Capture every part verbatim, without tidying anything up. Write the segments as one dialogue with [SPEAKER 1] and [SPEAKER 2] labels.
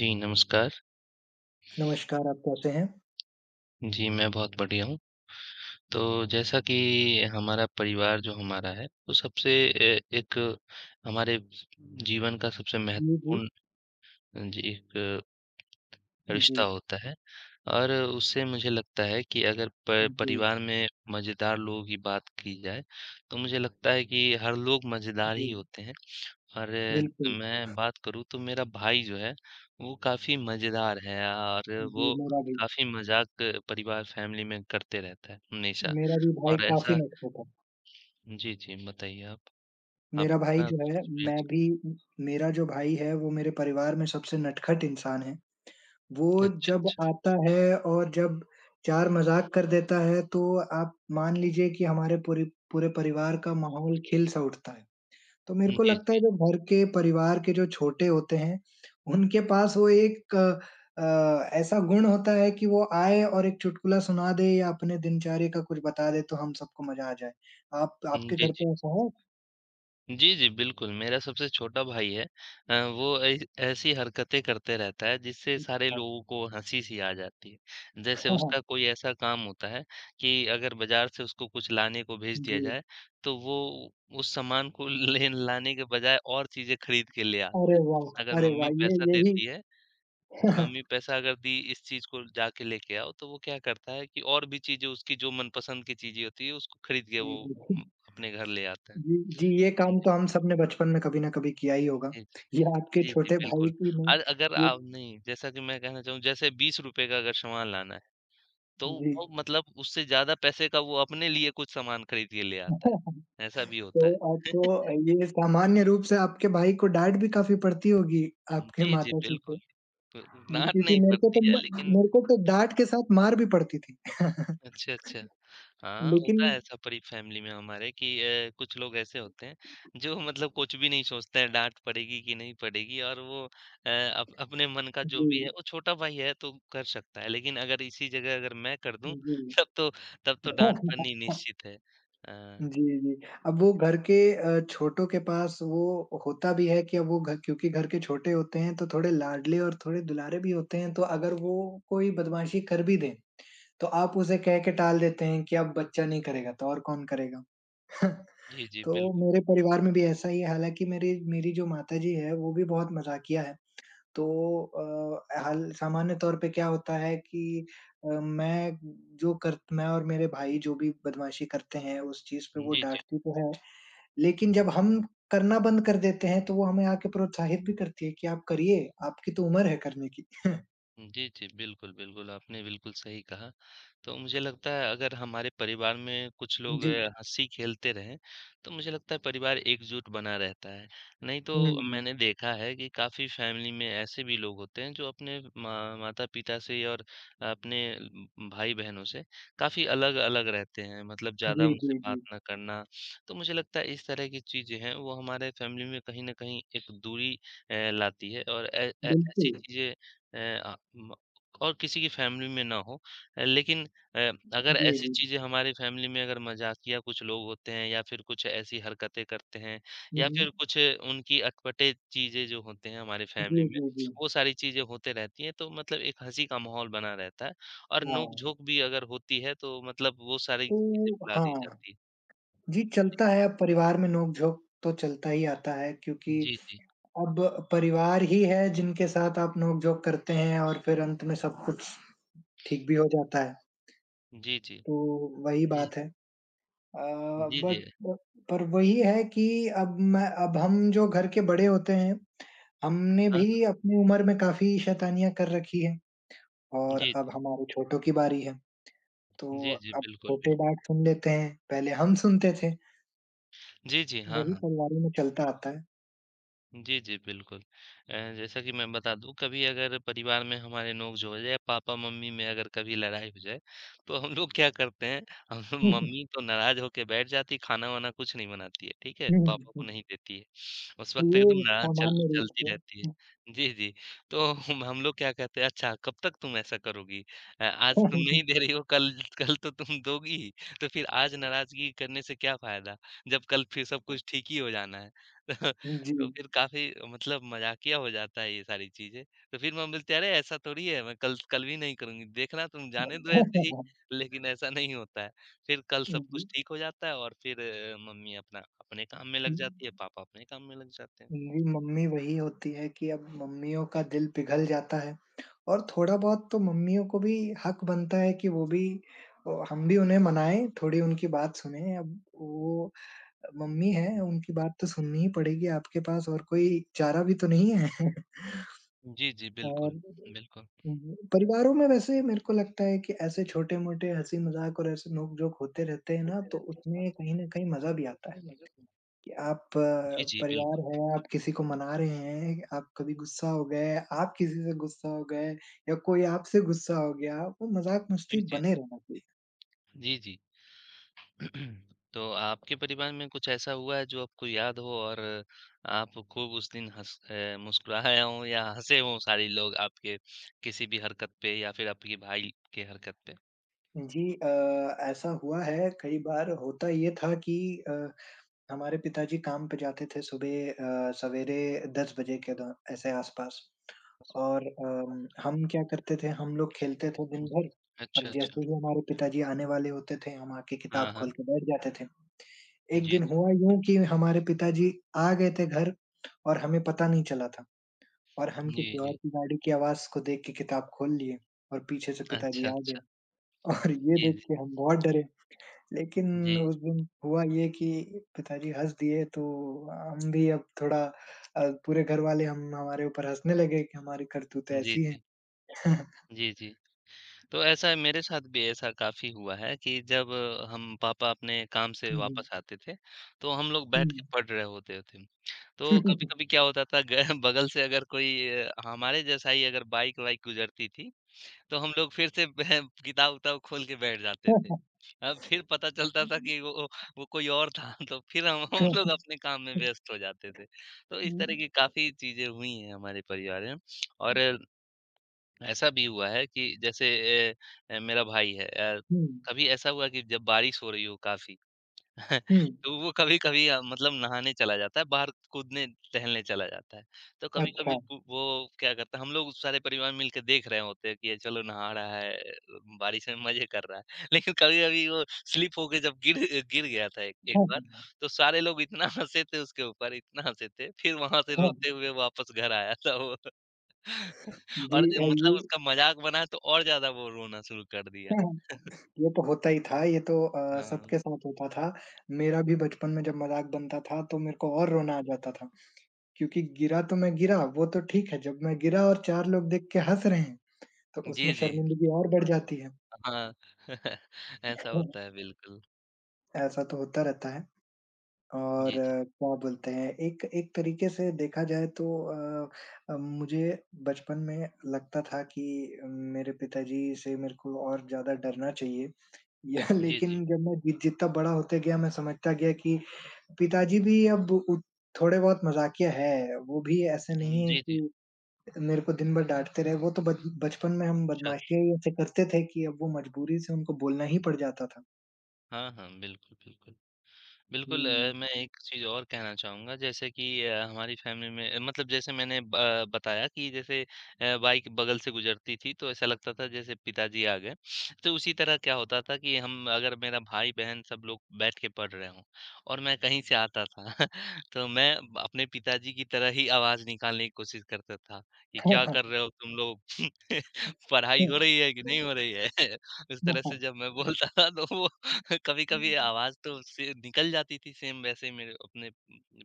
[SPEAKER 1] जी, नमस्कार।
[SPEAKER 2] नमस्कार, आप कैसे हैं?
[SPEAKER 1] जी, मैं बहुत बढ़िया हूँ। तो जैसा कि हमारा परिवार जो हमारा है, वो सबसे ए एक हमारे जीवन का सबसे
[SPEAKER 2] जी, जी।
[SPEAKER 1] महत्वपूर्ण जी एक
[SPEAKER 2] जी,
[SPEAKER 1] रिश्ता होता है। और उससे मुझे लगता है कि अगर प
[SPEAKER 2] जी,
[SPEAKER 1] परिवार में मज़ेदार लोगों की बात की जाए, तो मुझे लगता है कि हर लोग मज़ेदार ही
[SPEAKER 2] जी,
[SPEAKER 1] होते हैं। अरे!
[SPEAKER 2] बिल्कुल।
[SPEAKER 1] मैं बात करूँ तो मेरा भाई जो है, वो काफ़ी मज़ेदार है और
[SPEAKER 2] जी,
[SPEAKER 1] वो
[SPEAKER 2] मेरा भी।
[SPEAKER 1] काफ़ी मज़ाक परिवार फैमिली में करते रहता है, हमेशा।
[SPEAKER 2] मेरा भी भाई
[SPEAKER 1] और
[SPEAKER 2] काफ़ी
[SPEAKER 1] ऐसा
[SPEAKER 2] नटखट है।
[SPEAKER 1] जी, जी बताइए आप? आप
[SPEAKER 2] मेरा भाई
[SPEAKER 1] अपना
[SPEAKER 2] जो
[SPEAKER 1] कुछ
[SPEAKER 2] है
[SPEAKER 1] एक्सपीरियंस।
[SPEAKER 2] मैं भी मेरा जो भाई है वो मेरे परिवार में सबसे नटखट इंसान है। वो
[SPEAKER 1] अच्छा,
[SPEAKER 2] जब
[SPEAKER 1] अच्छा।
[SPEAKER 2] आता है और जब चार मज़ाक कर देता है तो आप मान लीजिए कि हमारे पूरे पूरे परिवार का माहौल खिल-सा उठता है। तो मेरे
[SPEAKER 1] जी,
[SPEAKER 2] को लगता
[SPEAKER 1] जी।
[SPEAKER 2] है जब घर के परिवार के जो छोटे होते हैं, उनके पास वो एक अ, अ, ऐसा गुण होता है कि वो आए और एक चुटकुला सुना दे या अपने दिनचर्या का कुछ बता दे तो हम सबको मज़ा आ जाए। आप आपके
[SPEAKER 1] जी,
[SPEAKER 2] घर
[SPEAKER 1] जी।
[SPEAKER 2] पे ऐसा है?
[SPEAKER 1] जी, जी, बिल्कुल, मेरा सबसे छोटा भाई है। अ, वो ऐ ऐसी हरकतें करते रहता है जिससे सारे
[SPEAKER 2] अच्छा।
[SPEAKER 1] लोगों को हँसी सी आ जाती है। जैसे
[SPEAKER 2] हाँ, हाँ।
[SPEAKER 1] उसका कोई ऐसा काम होता है कि अगर बाज़ार से उसको कुछ लाने को भेज दिया
[SPEAKER 2] जी।
[SPEAKER 1] जाए, तो वो उस सामान को ले लाने के बजाय और चीज़ें खरीद के ले आता
[SPEAKER 2] अरे
[SPEAKER 1] है।
[SPEAKER 2] वाह!
[SPEAKER 1] अगर
[SPEAKER 2] अरे
[SPEAKER 1] मम्मी
[SPEAKER 2] वाह! ये
[SPEAKER 1] पैसा
[SPEAKER 2] यही
[SPEAKER 1] देती है, मम्मी पैसा अगर दी इस चीज़ को जाके लेके आओ, तो वो क्या करता है कि और भी चीज़ें उसकी जो मनपसंद की चीज़ें होती है उसको खरीद के वो उम, अपने घर ले आता है।
[SPEAKER 2] जी, जी, ये
[SPEAKER 1] हाँ।
[SPEAKER 2] काम तो हम सबने बचपन में कभी न कभी किया ही होगा।
[SPEAKER 1] जी, जी।
[SPEAKER 2] ये आपके
[SPEAKER 1] जी, जी,
[SPEAKER 2] छोटे
[SPEAKER 1] बिल्कुल।
[SPEAKER 2] भाई की नहीं
[SPEAKER 1] और अगर
[SPEAKER 2] ये।
[SPEAKER 1] आप नहीं, जैसा कि मैं कहना चाहूँ जैसे ₹बीस रुपये का अगर सामान लाना है, तो
[SPEAKER 2] जी।
[SPEAKER 1] वो मतलब उससे ज़्यादा पैसे का वो अपने लिए कुछ सामान खरीद के ले आता है। ऐसा भी
[SPEAKER 2] तो
[SPEAKER 1] होता है।
[SPEAKER 2] आपको ये सामान्य रूप से आपके भाई को डाँट भी काफ़ी पड़ती होगी आपके
[SPEAKER 1] जी, जी,
[SPEAKER 2] माताश्री से?
[SPEAKER 1] बिल्कुल। प
[SPEAKER 2] जी,
[SPEAKER 1] डाँट
[SPEAKER 2] क्योंकि
[SPEAKER 1] नहीं
[SPEAKER 2] मेरे को तो
[SPEAKER 1] पड़ती है
[SPEAKER 2] म
[SPEAKER 1] लेकिन
[SPEAKER 2] मेरे को तो डाँट के साथ मार भी पड़ती थी।
[SPEAKER 1] अच्छा, अच्छा। हाँ,
[SPEAKER 2] लेकिन
[SPEAKER 1] होता है ऐसा परी फैमिली में हमारे कि अ, कुछ लोग ऐसे होते हैं, जो मतलब कुछ भी नहीं सोचते हैं डाँट पड़ेगी कि नहीं पड़ेगी और वो अ, अप अपने मन का जो भी है
[SPEAKER 2] जी,
[SPEAKER 1] वो छोटा भाई है तो कर सकता है। लेकिन अगर इसी जगह अगर मैं कर दूँ
[SPEAKER 2] जी।
[SPEAKER 1] तब तो तब तो डाँट पड़नी निश्चित है। अ,
[SPEAKER 2] जी, जी। अब वो घर के अ, छोटों के पास वो होता भी है कि अब वो घ क्योंकि घर के छोटे होते हैं तो थोड़े लाडले और थोड़े दुलारे भी होते हैं, तो अगर वो कोई बदमाशी कर भी दें, तो आप उसे कह के टाल देते हैं कि अब बच्चा नहीं करेगा तो और कौन करेगा?
[SPEAKER 1] जी, जी,
[SPEAKER 2] तो
[SPEAKER 1] बिल्कुल।
[SPEAKER 2] मेरे परिवार में भी ऐसा ही है, हालाँकि मेरी मेरी जो माताजी है, वो भी बहुत मज़ाकिया है। तो अ, हाल सामान्य तौर पे क्या होता है कि अ, मैं जो कर मैं और मेरे भाई जो भी बदमाशी करते हैं, उस चीज़ पे वो
[SPEAKER 1] जी, जी।
[SPEAKER 2] डाँटती तो है, लेकिन जब हम करना बंद कर देते हैं, तो वो हमें आके प्रोत्साहित भी करती है कि आप करिए, आपकी तो उम्र है करने की।
[SPEAKER 1] जी, जी। बिल्कुल, बिल्कुल, आपने बिल्कुल सही कहा। तो मुझे लगता है अगर हमारे परिवार में कुछ लोग
[SPEAKER 2] जी।
[SPEAKER 1] हँसी-खेलते रहें, तो मुझे लगता है परिवार एकजुट बना रहता है। नहीं तो
[SPEAKER 2] हुँ।
[SPEAKER 1] मैंने देखा है कि काफ़ी फैमिली में ऐसे भी लोग होते हैं जो अपने माँ माता-पिता से और अपने उम, भाई-बहनों से काफ़ी अलग-अलग रहते हैं, मतलब ज़्यादा
[SPEAKER 2] जी, जी,
[SPEAKER 1] उनसे बात
[SPEAKER 2] जी।
[SPEAKER 1] ना करना। तो मुझे लगता है इस तरह की चीज़ें हैं वो हमारे फैमिली में कहीं न कहीं एक दूरी अ, लाती है और ए ए ऐसी
[SPEAKER 2] बिल्कुल।
[SPEAKER 1] चीज़ें अ, अ, म और किसी की फैमिली में ना हो। अ, लेकिन अ, अगर
[SPEAKER 2] जी,
[SPEAKER 1] ऐसी
[SPEAKER 2] जी।
[SPEAKER 1] चीज़ें हमारी फैमिली में अगर मज़ाकिया कुछ लोग होते हैं या फिर कुछ ऐसी हरकतें करते हैं
[SPEAKER 2] हुँ,
[SPEAKER 1] या
[SPEAKER 2] हुँ।
[SPEAKER 1] फिर कुछ उनकी अटपटे चीज़ें जो होते हैं हमारी फैमिली
[SPEAKER 2] जी,
[SPEAKER 1] में,
[SPEAKER 2] जी, जी।
[SPEAKER 1] वो सारी चीज़ें होते रहती हैं, तो मतलब एक हँसी का माहौल बना रहता है और
[SPEAKER 2] हाँ,
[SPEAKER 1] नोक-झोंक भी अगर होती है तो मतलब वो सारी चीज़ें
[SPEAKER 2] तो
[SPEAKER 1] भुला दी
[SPEAKER 2] हाँ।
[SPEAKER 1] जाती हैं।
[SPEAKER 2] जी, चलता है, अब परिवार में नोक-झोंक तो चलता ही आता है क्योंकि
[SPEAKER 1] जी, जी।
[SPEAKER 2] अब परिवार ही है जिनके साथ आप नोक-झोंक करते हैं और फिर अंत में सब कुछ ठीक भी हो जाता है,
[SPEAKER 1] जी, जी।
[SPEAKER 2] तो वही
[SPEAKER 1] जी।
[SPEAKER 2] बात है। अ,
[SPEAKER 1] जी, जी।
[SPEAKER 2] बट ब पर वही है कि अब मैं अब हम जो घर के बड़े होते हैं, हमने
[SPEAKER 1] हाँ, हाँ।
[SPEAKER 2] भी अपनी उम्र में काफ़ी शैतानियाँ कर रखी हैं और
[SPEAKER 1] जी,
[SPEAKER 2] अब
[SPEAKER 1] जी।
[SPEAKER 2] हमारे छोटों की बारी है, तो
[SPEAKER 1] जी, जी।
[SPEAKER 2] अब
[SPEAKER 1] बिल्कुल,
[SPEAKER 2] छोटे
[SPEAKER 1] बिल्कुल।
[SPEAKER 2] डाँट सुन लेते हैं, पहले हम सुनते थे,
[SPEAKER 1] जी, जी। हाँ,
[SPEAKER 2] वही
[SPEAKER 1] हाँ।
[SPEAKER 2] परिवारों में चलता आता
[SPEAKER 1] जी, जी, बिल्कुल। अ, जैसा कि मैं बता दूँ कभी अगर परिवार में हमारे नोक-झोंक हो जाए, पापा-मम्मी में अगर कभी लड़ाई हो जाए, तो हम लोग क्या करते हैं, हम लोग
[SPEAKER 2] है।
[SPEAKER 1] मम्मी तो नाराज़ होके बैठ जाती है, खाना-वाना कुछ नहीं बनाती है, ठीक है? पापा को नहीं देती है। उस
[SPEAKER 2] तो
[SPEAKER 1] वक़्त एकदम
[SPEAKER 2] ये
[SPEAKER 1] नाराज़ चल
[SPEAKER 2] सामान्य रूप
[SPEAKER 1] चलती रहती है।
[SPEAKER 2] से
[SPEAKER 1] जी, जी। तो हम हम लोग क्या कहते हैं, "अच्छा कब तक तुम ऐसा करोगी? अ, आज तुम नहीं दे रही हो, कल कल तो तुम दोगी ही, तो फिर आज नाराज़गी करने से क्या फ़ायदा? जब कल फिर सब कुछ ठीक ही हो जाना है।"
[SPEAKER 2] जी।
[SPEAKER 1] तो फिर काफ़ी मतलब मज़ाकिया हो जाता है ये सारी चीज़ें। तो फिर मैं बोलते अरे ऐसा थोड़ी है, मैं कल कल भी नहीं करूँगी, देखना तुम जाने दो ऐसे ही, लेकिन ऐसा नहीं होता है। फिर कल
[SPEAKER 2] जी,
[SPEAKER 1] सब कुछ
[SPEAKER 2] जी,
[SPEAKER 1] ठीक हो जाता है और फिर अ, मम्मी अपना अपने काम में लग जाती है, पापा अपने काम में लग जाते हैं।
[SPEAKER 2] मम्मी वही होती है कि अब मम्मियों का दिल पिघल जाता है और थोड़ा-बहुत तो मम्मियों को भी हक बनता है कि वो भी अ, हम भी उन्हें मनाएँ, थोड़ी उनकी बात सुनें। अब वो मम्मी हैं, उनकी बात तो सुननी ही पड़ेगी, आपके पास और कोई चारा भी तो नहीं है।
[SPEAKER 1] जी, जी,
[SPEAKER 2] और
[SPEAKER 1] बिल्कुल, बिल्कुल।
[SPEAKER 2] हुँ। परिवारों में वैसे मेरे को लगता है कि ऐसे छोटे-मोटे हँसी-मज़ाक और ऐसे नोक-झोंक होते रहते हैं ना,
[SPEAKER 1] होते
[SPEAKER 2] तो
[SPEAKER 1] रहते हैं और
[SPEAKER 2] उसमें कहीं न कहीं मज़ा भी
[SPEAKER 1] तो
[SPEAKER 2] आता है
[SPEAKER 1] फिर मजा भी-
[SPEAKER 2] कि आप
[SPEAKER 1] जी,
[SPEAKER 2] अ,
[SPEAKER 1] जी,
[SPEAKER 2] परिवार
[SPEAKER 1] बिल्कुल।
[SPEAKER 2] है, आप किसी को मना रहे हैं, आप कभी गुस्सा हो गए, आप किसी से गुस्सा हो गए या कोई आपसे गुस्सा हो गया, वो मज़ाक-मस्ती
[SPEAKER 1] जी, जी।
[SPEAKER 2] बने रहना चाहिए।
[SPEAKER 1] जी, जी। तो आपके परिवार में कुछ ऐसा हुआ है जो आपको याद हो और आप खूब उस दिन हँस अ, मुस्कुराए हों या हँसे हों सारे लोग आपके किसी भी हरकत पे या फिर आपके भाई के हरकत पे?
[SPEAKER 2] जी अ, ऐसा हुआ है कई बार। होता ये था कि अ हमारे पिताजी काम पे जाते थे सुबह अ, सवेरे दस बजे के द ऐसे आस-पास, और अम, हम क्या करते थे, हम लोग खेलते थे दिन भर,
[SPEAKER 1] अच्छा,
[SPEAKER 2] और
[SPEAKER 1] अच्छा।
[SPEAKER 2] जैसे ही हमारे पिताजी आने वाले होते थे, हम आके
[SPEAKER 1] हाँ,
[SPEAKER 2] किताब खोल
[SPEAKER 1] हाँ।
[SPEAKER 2] के बैठ जाते थे। एक
[SPEAKER 1] जी,
[SPEAKER 2] दिन
[SPEAKER 1] जी।
[SPEAKER 2] हुआ यूँ कि हमारे पिताजी आ गए थे घर और हमें पता नहीं चला था, और हम
[SPEAKER 1] जी,
[SPEAKER 2] किसी और
[SPEAKER 1] जी।
[SPEAKER 2] की गाड़ी की आवाज़ को देख के किताब खोल लिए और पीछे से पिताजी
[SPEAKER 1] अच्छा,
[SPEAKER 2] आ गए।
[SPEAKER 1] अच्छा।
[SPEAKER 2] और ये
[SPEAKER 1] जी,
[SPEAKER 2] देख
[SPEAKER 1] जी।
[SPEAKER 2] के हम बहुत डरे। लेकिन
[SPEAKER 1] जी।
[SPEAKER 2] उस दिन हुआ ये कि पिताजी हँस दिए, तो हम भी अब थोड़ा अ, पूरे घरवाले हम हमारे ऊपर हँसने लगे कि हमारी करतूतें
[SPEAKER 1] जी,
[SPEAKER 2] ऐसी हैं।
[SPEAKER 1] जी। जी, जी। तो ऐसा है, मेरे साथ भी ऐसा काफ़ी हुआ है कि जब हम पापा अपने काम से
[SPEAKER 2] हुँ,
[SPEAKER 1] वापस आते थे, तो हम लोग बैठ के
[SPEAKER 2] हुँ,
[SPEAKER 1] पढ़ रहे होते थे। तो कभी-कभी क्या होता था ग बगल से अगर कोई अ, हमारे जैसा ही अगर बाइक-वाइक गुज़रती थी, तो हम लोग फिर से वह किताब-उताब खोल के बैठ जाते थे। अब फिर पता चलता था कि वो वो कोई और था। तो फिर हम हम लोग अपने काम में व्यस्त हो जाते थे। तो इस
[SPEAKER 2] हुँ,
[SPEAKER 1] तरह की काफ़ी चीज़ें हुई हैं हमारे परिवार में और अ, ऐसा भी हुआ है कि जैसे अ अ, मेरा भाई है, अ,
[SPEAKER 2] हुँ,
[SPEAKER 1] कभी ऐसा हुआ कि जब बारिश हो रही हो काफ़ी
[SPEAKER 2] हुँ,
[SPEAKER 1] तो वो कभी-कभी अ, मतलब नहाने चला जाता है, बाहर कूदने, टहलने चला जाता है। तो कभी-कभी
[SPEAKER 2] अच्छा।
[SPEAKER 1] वो वो क्या करता है, हम लोग सारे परिवार मिल के देख रहे होते हैं कि ये चलो नहा रहा है, बारिश में मज़े कर रहा है। लेकिन कभी-कभी वो स्लिप होके जब गिर गिर गया था एक एक
[SPEAKER 2] हाँ,
[SPEAKER 1] बार, तो सारे लोग इतना हँसे थे उसके ऊपर, इतना हँसे थे, फिर वहाँ से
[SPEAKER 2] हाँ,
[SPEAKER 1] रोते हुए वापस घर आया था वो।
[SPEAKER 2] जी
[SPEAKER 1] और
[SPEAKER 2] अ,
[SPEAKER 1] मतलब
[SPEAKER 2] ये
[SPEAKER 1] उसका मज़ाक बना तो और ज़्यादा वो रोना शुरू कर दिया।
[SPEAKER 2] ये तो होता ही था, ये तो अ,
[SPEAKER 1] हाँ।
[SPEAKER 2] सबके साथ होता था। मेरा भी बचपन में जब मज़ाक बनता था तो मेरे को और रोना आ जाता था। क्योंकि गिरा तो मैं गिरा, वो तो ठीक है, जब मैं गिरा और चार लोग देख के हँस रहे हैं, तो
[SPEAKER 1] जी,
[SPEAKER 2] उसमें
[SPEAKER 1] जी।
[SPEAKER 2] शर्मिंदगी और बढ़ जाती है।
[SPEAKER 1] हाँ, ऐसा होता है बिल्कुल।
[SPEAKER 2] ऐसा तो होता रहता है और
[SPEAKER 1] जी, जी।
[SPEAKER 2] अ, क्या बोलते हैं, एक एक तरीके से देखा जाए तो अ अ, मुझे बचपन में लगता था कि मेरे पिताजी से मेरे को और ज़्यादा डरना चाहिए। या
[SPEAKER 1] जी, जी।
[SPEAKER 2] लेकिन जब मैं जि जितना बड़ा होते गया, मैं समझता गया कि पिताजी भी अब उ थोड़े बहुत मज़ाकिया है, वो भी ऐसे
[SPEAKER 1] हुँ,
[SPEAKER 2] नहीं है
[SPEAKER 1] जी, जी।
[SPEAKER 2] कि मेरे को दिन भर डाँटते रहे, वो तो बच बचपन में हम
[SPEAKER 1] अच्छा, अच्छा।
[SPEAKER 2] बदमाशियाँ ही ऐसे करते थे कि अब वो मजबूरी से उनको बोलना ही पड़ जाता था।
[SPEAKER 1] हाँ, हाँ, बिल्कुल, बिल्कुल। बिल्कुल, अ,
[SPEAKER 2] हुँ।
[SPEAKER 1] मैं एक चीज़ और कहना चाहूँगा जैसे कि अ, हमारी फ़ैमिली में मतलब जैसे मैंने ब अ, बताया कि जैसे अ, बाइक बगल से गुज़रती थी तो ऐसा लगता था जैसे पिताजी आ गए। तो उसी तरह क्या होता था कि हम अगर मेरा भाई-बहन सब लोग बैठ के पढ़ रहे हों और मैं कहीं से आता था तो मैं अपने पिताजी की तरह ही आवाज़ निकालने की कोशिश करता था कि, "क्या कर रहे हो तुम लोग? पढ़ाई हो रही है कि नहीं हो रही है?" उस तरह से जब मैं बोलता था तो वो कभी-कभी आवाज़ तो से निकल जाती थी सेम वैसे ही मेरे अपने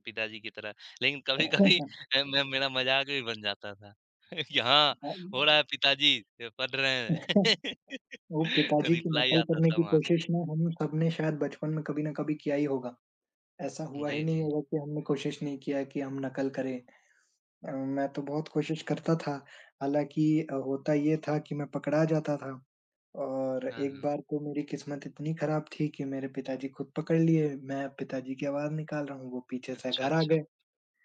[SPEAKER 1] पिताजी की तरह। लेकिन कभी-कभी अ, मैं मेरा मज़ाक भी बन जाता था कि हाँ, हो रहा है पिताजी अ, पढ़ रहे हैं।
[SPEAKER 2] वो पिताजी की
[SPEAKER 1] रिप्लाई
[SPEAKER 2] नकल
[SPEAKER 1] आता
[SPEAKER 2] करने
[SPEAKER 1] था
[SPEAKER 2] की
[SPEAKER 1] वहाँ से।
[SPEAKER 2] कोशिश ना हम सबने शायद बचपन में कभी न कभी किया ही होगा। ऐसा हुआ ही
[SPEAKER 1] जी,
[SPEAKER 2] नहीं
[SPEAKER 1] जी।
[SPEAKER 2] होगा कि हमने कोशिश नहीं किया कि हम नकल करें। अ, मैं तो बहुत कोशिश करता था, हालाँकि अ, होता ये था कि मैं पकड़ा जाता था। और
[SPEAKER 1] हाँ,
[SPEAKER 2] एक
[SPEAKER 1] हाँ।
[SPEAKER 2] बार तो मेरी किस्मत इतनी खराब थी कि मेरे पिताजी खुद पकड़ लिए, मैं पिताजी की आवाज़ निकाल रहा हूँ, वो पीछे से
[SPEAKER 1] अच्छा,
[SPEAKER 2] घर आ
[SPEAKER 1] अच्छा।
[SPEAKER 2] गए।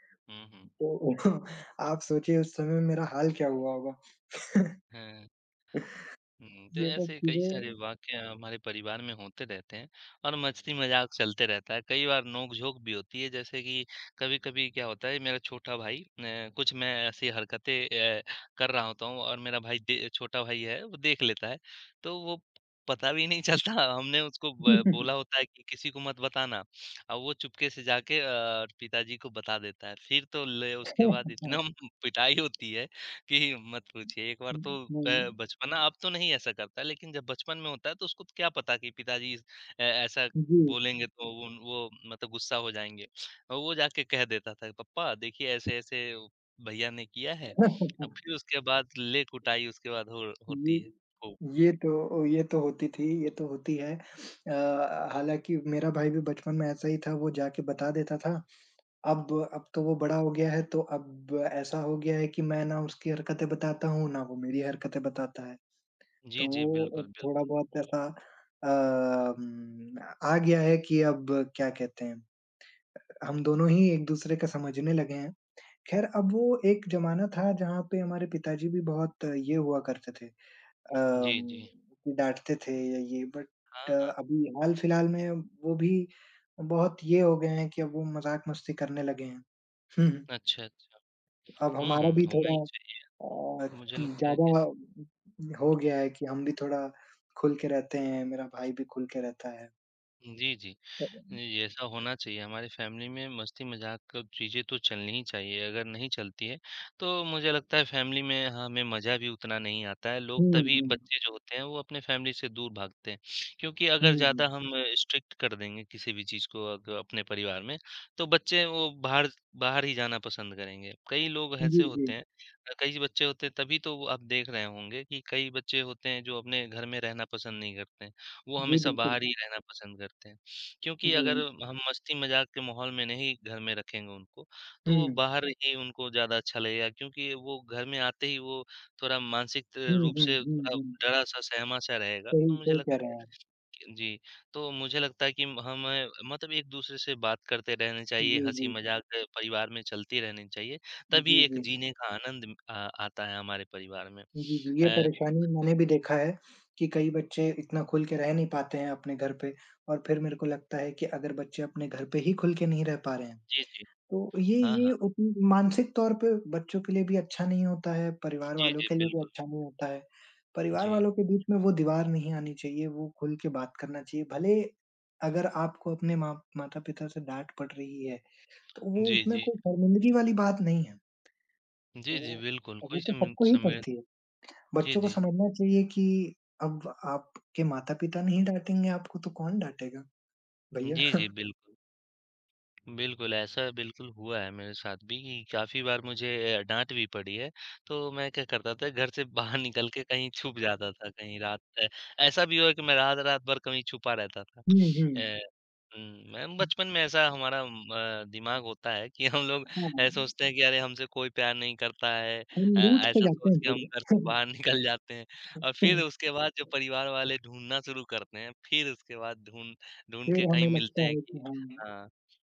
[SPEAKER 1] हुँ, हुँ।
[SPEAKER 2] तो आप सोचिए उस समय मेरा हाल क्या हुआ होगा।
[SPEAKER 1] हाँ। हुँ, तो
[SPEAKER 2] ये सब
[SPEAKER 1] ऐसे कई सारे
[SPEAKER 2] चीज़ें।
[SPEAKER 1] वाकया हमारे परिवार में होते रहते हैं और मस्ती-मज़ाक चलते रहता है। कई बार नोक-झोंक भी होती है जैसे कि कभी-कभी क्या होता है मेरा छोटा भाई, अ, कुछ मैं ऐसी हरकतें अ, कर रहा होता हूँ और मेरा भाई दे छोटा भाई है वो देख लेता है। तो वो पता भी नहीं चलता, हमने उसको ब बोला होता है कि किसी को मत बताना। अब वो चुपके से जाके अ, पिताजी को बता देता है। फिर तो ले उसके बाद इतना
[SPEAKER 2] हाँ,
[SPEAKER 1] पिटाई होती है कि मत पूछिए। एक बार तो
[SPEAKER 2] हुँ, नहीं,
[SPEAKER 1] अ, बचपना अब तो नहीं ऐसा करता लेकिन जब बचपन में होता है तो उसको तो क्या पता कि पिताजी इस- अ, ऐसा
[SPEAKER 2] जी।
[SPEAKER 1] बोलेंगे तो वो वो मतलब गुस्सा हो जाएंगे और वो जाके कह देता था पप्पा देखिए ऐसे ऐसे भैया ने किया है। अब फिर उसके बाद ले कुटाई उसके बाद हो, होती
[SPEAKER 2] ये
[SPEAKER 1] है खूब।
[SPEAKER 2] ये तो ये तो होती थी, ये तो होती है। अ, हालाँकि मेरा भाई भी बचपन में ऐसा ही था, वो जाके बता देता था। अब अब तो वो बड़ा हो गया है, तो अब ऐसा हो गया है कि मैं ना उसकी हरकतें बताता हूँ, ना वो मेरी हरकतें बताता है।
[SPEAKER 1] जी
[SPEAKER 2] तो
[SPEAKER 1] जी
[SPEAKER 2] वो
[SPEAKER 1] बिल्कुल
[SPEAKER 2] अब थोड़ा
[SPEAKER 1] बिल्कुल।
[SPEAKER 2] बहुत ऐसा अम, आ गया है कि अब क्या कहते हैं, हम दोनों ही एक-दूसरे का समझने लगे हैं। ख़ैर अब वो एक ज़माना था जहाँ पे हमारे पिताजी भी बहुत ये हुआ करते थे,
[SPEAKER 1] जी जी।
[SPEAKER 2] अम, कि डाँटते थे या ये बट
[SPEAKER 1] हाँ हाँ।
[SPEAKER 2] अभी हाल-फिलहाल में वो भी बहुत ये हो गए हैं कि अब वो मज़ाक-मस्ती करने लगे हैं।
[SPEAKER 1] अच्छा अच्छा।
[SPEAKER 2] अब
[SPEAKER 1] हम्म
[SPEAKER 2] हमारा
[SPEAKER 1] हम्म,
[SPEAKER 2] भी
[SPEAKER 1] होना ही
[SPEAKER 2] थोड़ा
[SPEAKER 1] चाहिए।
[SPEAKER 2] अ,
[SPEAKER 1] मुझे लगता है कि
[SPEAKER 2] ज़्यादा हो गया है कि हम भी थोड़ा खुल के रहते हैं, मेरा भाई भी खुल के रहता है।
[SPEAKER 1] जी जी। जी, ऐसा होना चाहिए। हमारी फ़ैमिली में मस्ती-मज़ाक क चीज़ें तो चलनी ही चाहिए, अगर नहीं चलती है, तो मुझे लगता है फ़ैमिली में हमें मज़ा भी उतना नहीं आता है। लोग
[SPEAKER 2] हुँ,
[SPEAKER 1] तभी
[SPEAKER 2] हुँ।
[SPEAKER 1] बच्चे जो होते हैं, वो अपने फ़ैमिली से दूर भागते हैं। क्योंकि अगर
[SPEAKER 2] हुँ, हुँ।
[SPEAKER 1] ज़्यादा हम स्ट्रिक्ट कर देंगे किसी भी चीज़ को अग अपने परिवार में, तो बच्चे वो बाहर बाहर ही जाना पसंद करेंगे। कई लोग
[SPEAKER 2] जी,
[SPEAKER 1] ऐसे
[SPEAKER 2] जी।
[SPEAKER 1] होते हैं, अ, कई बच्चे होते हैं तभी तो वो आप देख रहे होंगे कि कई बच्चे होते हैं जो अपने घर में रहना पसंद नहीं करते हैं। वो
[SPEAKER 2] जी,
[SPEAKER 1] हमेशा
[SPEAKER 2] बिल्कुल।
[SPEAKER 1] बाहर ही रहना पसंद करते हैं। क्योंकि अगर
[SPEAKER 2] जी।
[SPEAKER 1] हम मस्ती-मज़ाक के माहौल में नहीं घर में रखेंगे उनको, तो वो
[SPEAKER 2] हुँ।
[SPEAKER 1] बाहर ही उनको ज़्यादा अच्छा लगेगा क्योंकि वो घर में आते ही वो थोड़ा मानसिक त
[SPEAKER 2] हुँ,
[SPEAKER 1] रूप
[SPEAKER 2] हुँ,
[SPEAKER 1] से
[SPEAKER 2] हुँ,
[SPEAKER 1] थोड़ा
[SPEAKER 2] हुँ।
[SPEAKER 1] डरा-सा, सहमा-सा रहेगा। तो
[SPEAKER 2] सही
[SPEAKER 1] मुझे
[SPEAKER 2] सही कह
[SPEAKER 1] लगता
[SPEAKER 2] रहे
[SPEAKER 1] है
[SPEAKER 2] हैं आप।
[SPEAKER 1] कि जी, तो मुझे लगता है कि हमें मतलब एक-दूसरे से बात करते रहना चाहिए,
[SPEAKER 2] जी, जी।
[SPEAKER 1] हँसी-मज़ाक परिवार में चलती रहनी चाहिए, तभी
[SPEAKER 2] जी,
[SPEAKER 1] एक
[SPEAKER 2] जी।
[SPEAKER 1] जीने का आनंद अ, आता है हमारे परिवार में।
[SPEAKER 2] जी, जी। ये
[SPEAKER 1] अ,
[SPEAKER 2] परेशानी मैंने भी देखा है कि कई बच्चे इतना खुल के रह नहीं पाते हैं अपने घर पे, और फिर मेरे को लगता है कि अगर बच्चे अपने घर पे ही खुल के नहीं रह पा रहे हैं,
[SPEAKER 1] जी, जी।
[SPEAKER 2] तो ये
[SPEAKER 1] हाँ,
[SPEAKER 2] ये
[SPEAKER 1] हाँ।
[SPEAKER 2] उत मानसिक तौर पे बच्चों के लिए भी अच्छा नहीं होता है, परिवार
[SPEAKER 1] जी,
[SPEAKER 2] वालों
[SPEAKER 1] जी,
[SPEAKER 2] के लिए भी
[SPEAKER 1] बिल्कुल।
[SPEAKER 2] अच्छा नहीं होता है। परिवार
[SPEAKER 1] जी।
[SPEAKER 2] वालों के बीच में वो दीवार नहीं आनी चाहिए, वो खुल के बात करना चाहिए। भले अगर आपको अपने माँ माता-पिता से डाँट पड़ रही है, तो वो
[SPEAKER 1] जी,
[SPEAKER 2] उसमें
[SPEAKER 1] जी।
[SPEAKER 2] कोई शर्मिंदगी वाली बात नहीं है।
[SPEAKER 1] जी,
[SPEAKER 2] वो
[SPEAKER 1] जी, बिल्कुल। कोई
[SPEAKER 2] वो तो
[SPEAKER 1] सम
[SPEAKER 2] सबको ही
[SPEAKER 1] समें
[SPEAKER 2] पड़ती है।
[SPEAKER 1] जी,
[SPEAKER 2] बच्चों को
[SPEAKER 1] जी।
[SPEAKER 2] समझना चाहिए कि अब आपके माता-पिता नहीं डाँटेंगे आपको तो कौन डाँटेगा भैया?
[SPEAKER 1] जी, जी, बिल्कुल। बिल्कुल, ऐसा बिल्कुल हुआ है मेरे साथ भी कि काफ़ी बार मुझे अ, डाँट भी पड़ी है। तो मैं क्या करता था घर से बाहर निकल के कहीं छुप जाता था, कहीं रात अ, ऐसा भी हुआ कि मैं रात रात भर कहीं छुपा रहता था।
[SPEAKER 2] हुँ, हुँ।
[SPEAKER 1] अ, उम, मैम बचपन में ऐसा हमारा उम, अ, दिमाग होता है कि हम लोग अ,
[SPEAKER 2] हाँ,
[SPEAKER 1] सोचते हैं कि अरे हमसे कोई प्यार नहीं करता है।
[SPEAKER 2] हम
[SPEAKER 1] अ,
[SPEAKER 2] रूठ से
[SPEAKER 1] ऐसा
[SPEAKER 2] जाते
[SPEAKER 1] सोच
[SPEAKER 2] हैं
[SPEAKER 1] के हम घर से
[SPEAKER 2] थोड़े।
[SPEAKER 1] बाहर निकल जाते हैं और फिर उसके बाद जो परिवार वाले ढूँढना शुरू करते हैं, फिर उसके बाद ढूँढ ढूँढ
[SPEAKER 2] फिर
[SPEAKER 1] के कहीं
[SPEAKER 2] हमें
[SPEAKER 1] मिलते
[SPEAKER 2] लगता
[SPEAKER 1] हैं
[SPEAKER 2] है कि
[SPEAKER 1] कि
[SPEAKER 2] हाँ,
[SPEAKER 1] हाँ।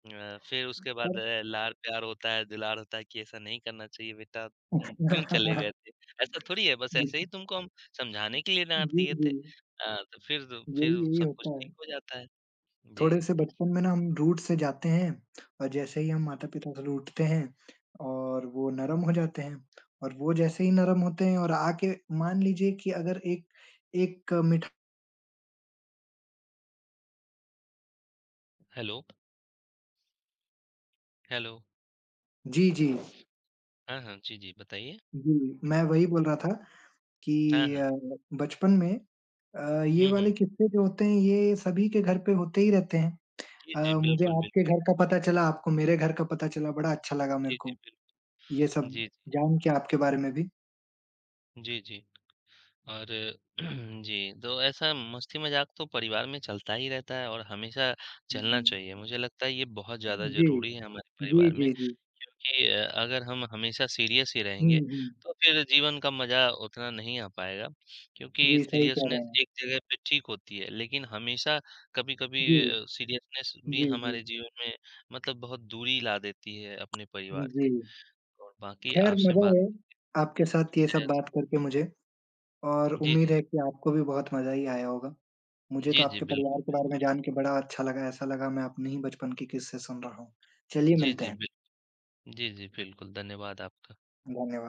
[SPEAKER 1] अ, फिर उसके बाद
[SPEAKER 2] खैर।
[SPEAKER 1] अ, लाड़-प्यार होता है, दुलार होता है कि ऐसा नहीं करना चाहिए बेटा, तुम क्यों चले गए थे? ऐसा थोड़ी है, बस ऐसे ही तुमको हम समझाने के लिए डाँट
[SPEAKER 2] जी,
[SPEAKER 1] दिए थे।
[SPEAKER 2] जी,
[SPEAKER 1] अ, तो फिर
[SPEAKER 2] यही
[SPEAKER 1] फिर
[SPEAKER 2] यही
[SPEAKER 1] सब
[SPEAKER 2] होता
[SPEAKER 1] कुछ
[SPEAKER 2] है।
[SPEAKER 1] ठीक हो जाता है। जी।
[SPEAKER 2] थोड़े से बचपन में ना हम रूट से जाते हैं और जैसे ही हम माता-पिता से रूठते हैं और वो नरम हो जाते हैं और वो जैसे ही नरम होते हैं और आके मान लीजिए कि अगर एक एक मिठा।
[SPEAKER 1] Hello, hello.
[SPEAKER 2] जी, जी,
[SPEAKER 1] हाँ, हाँ। जी, जी, बताइए।
[SPEAKER 2] जी, मैं वही बोल रहा था कि
[SPEAKER 1] हाँ, हाँ।
[SPEAKER 2] अ, बचपन में अ, ये
[SPEAKER 1] हुँ,
[SPEAKER 2] वाले
[SPEAKER 1] हुँ।
[SPEAKER 2] किस्से जो होते हैं ये सभी के घर पे होते ही रहते हैं।
[SPEAKER 1] जी, जी,
[SPEAKER 2] अ, मुझे
[SPEAKER 1] बिल्कुल, बिल्कुल।
[SPEAKER 2] आपके घर का पता चला, आपको मेरे घर का पता चला, बड़ा अच्छा लगा मेरे
[SPEAKER 1] जी,
[SPEAKER 2] को,
[SPEAKER 1] जी, बिल्कुल।
[SPEAKER 2] ये सब
[SPEAKER 1] जी, जी।
[SPEAKER 2] जान के आपके बारे में भी।
[SPEAKER 1] जी, जी। और जी, तो ऐसा मस्ती-मज़ाक तो परिवार में चलता ही रहता है और हमेशा चलना
[SPEAKER 2] हुँ,
[SPEAKER 1] चाहिए। मुझे लगता है ये बहुत ज़्यादा
[SPEAKER 2] जी,
[SPEAKER 1] ज़रूरी है हमारे
[SPEAKER 2] जी,
[SPEAKER 1] परिवार
[SPEAKER 2] जी,
[SPEAKER 1] में।
[SPEAKER 2] जी।
[SPEAKER 1] क्योंकि अ, अगर हम हमेशा सीरियस ही
[SPEAKER 2] हुँ,
[SPEAKER 1] रहेंगे,
[SPEAKER 2] हुँ।
[SPEAKER 1] तो फिर जीवन का मज़ा उतना नहीं आ पाएगा, क्योंकि
[SPEAKER 2] जी, सही कह रहे
[SPEAKER 1] सीरियसनेस
[SPEAKER 2] हैं।
[SPEAKER 1] एक जगह पे ठीक होती है, लेकिन हमेशा कभी-कभी
[SPEAKER 2] जी,
[SPEAKER 1] अ, सीरियसनेस भी
[SPEAKER 2] जी, जी,
[SPEAKER 1] हमारे जीवन में मतलब बहुत दूरी ला देती है अपने परिवार
[SPEAKER 2] जी।
[SPEAKER 1] से। और बाकी
[SPEAKER 2] ख़ैर
[SPEAKER 1] आपसे
[SPEAKER 2] मज़ा
[SPEAKER 1] बात
[SPEAKER 2] आया आपके साथ ये सब
[SPEAKER 1] है।
[SPEAKER 2] बात करके मुझे, और
[SPEAKER 1] जी,
[SPEAKER 2] उम्मीद
[SPEAKER 1] जी।
[SPEAKER 2] है कि आपको भी बहुत मज़ा ही आया होगा। मुझे तो
[SPEAKER 1] जी, जी,
[SPEAKER 2] आपके परिवार के
[SPEAKER 1] बिल्कुल।
[SPEAKER 2] बारे में जान के बड़ा अच्छा लगा, ऐसा लगा मैं अपने ही बचपन के किस्से सुन रहा हूँ। चलिए
[SPEAKER 1] जी,
[SPEAKER 2] मिलते
[SPEAKER 1] जी,
[SPEAKER 2] हैं,
[SPEAKER 1] बिल जी, जी, बिल्कुल, धन्यवाद आपका।
[SPEAKER 2] धन्यवाद।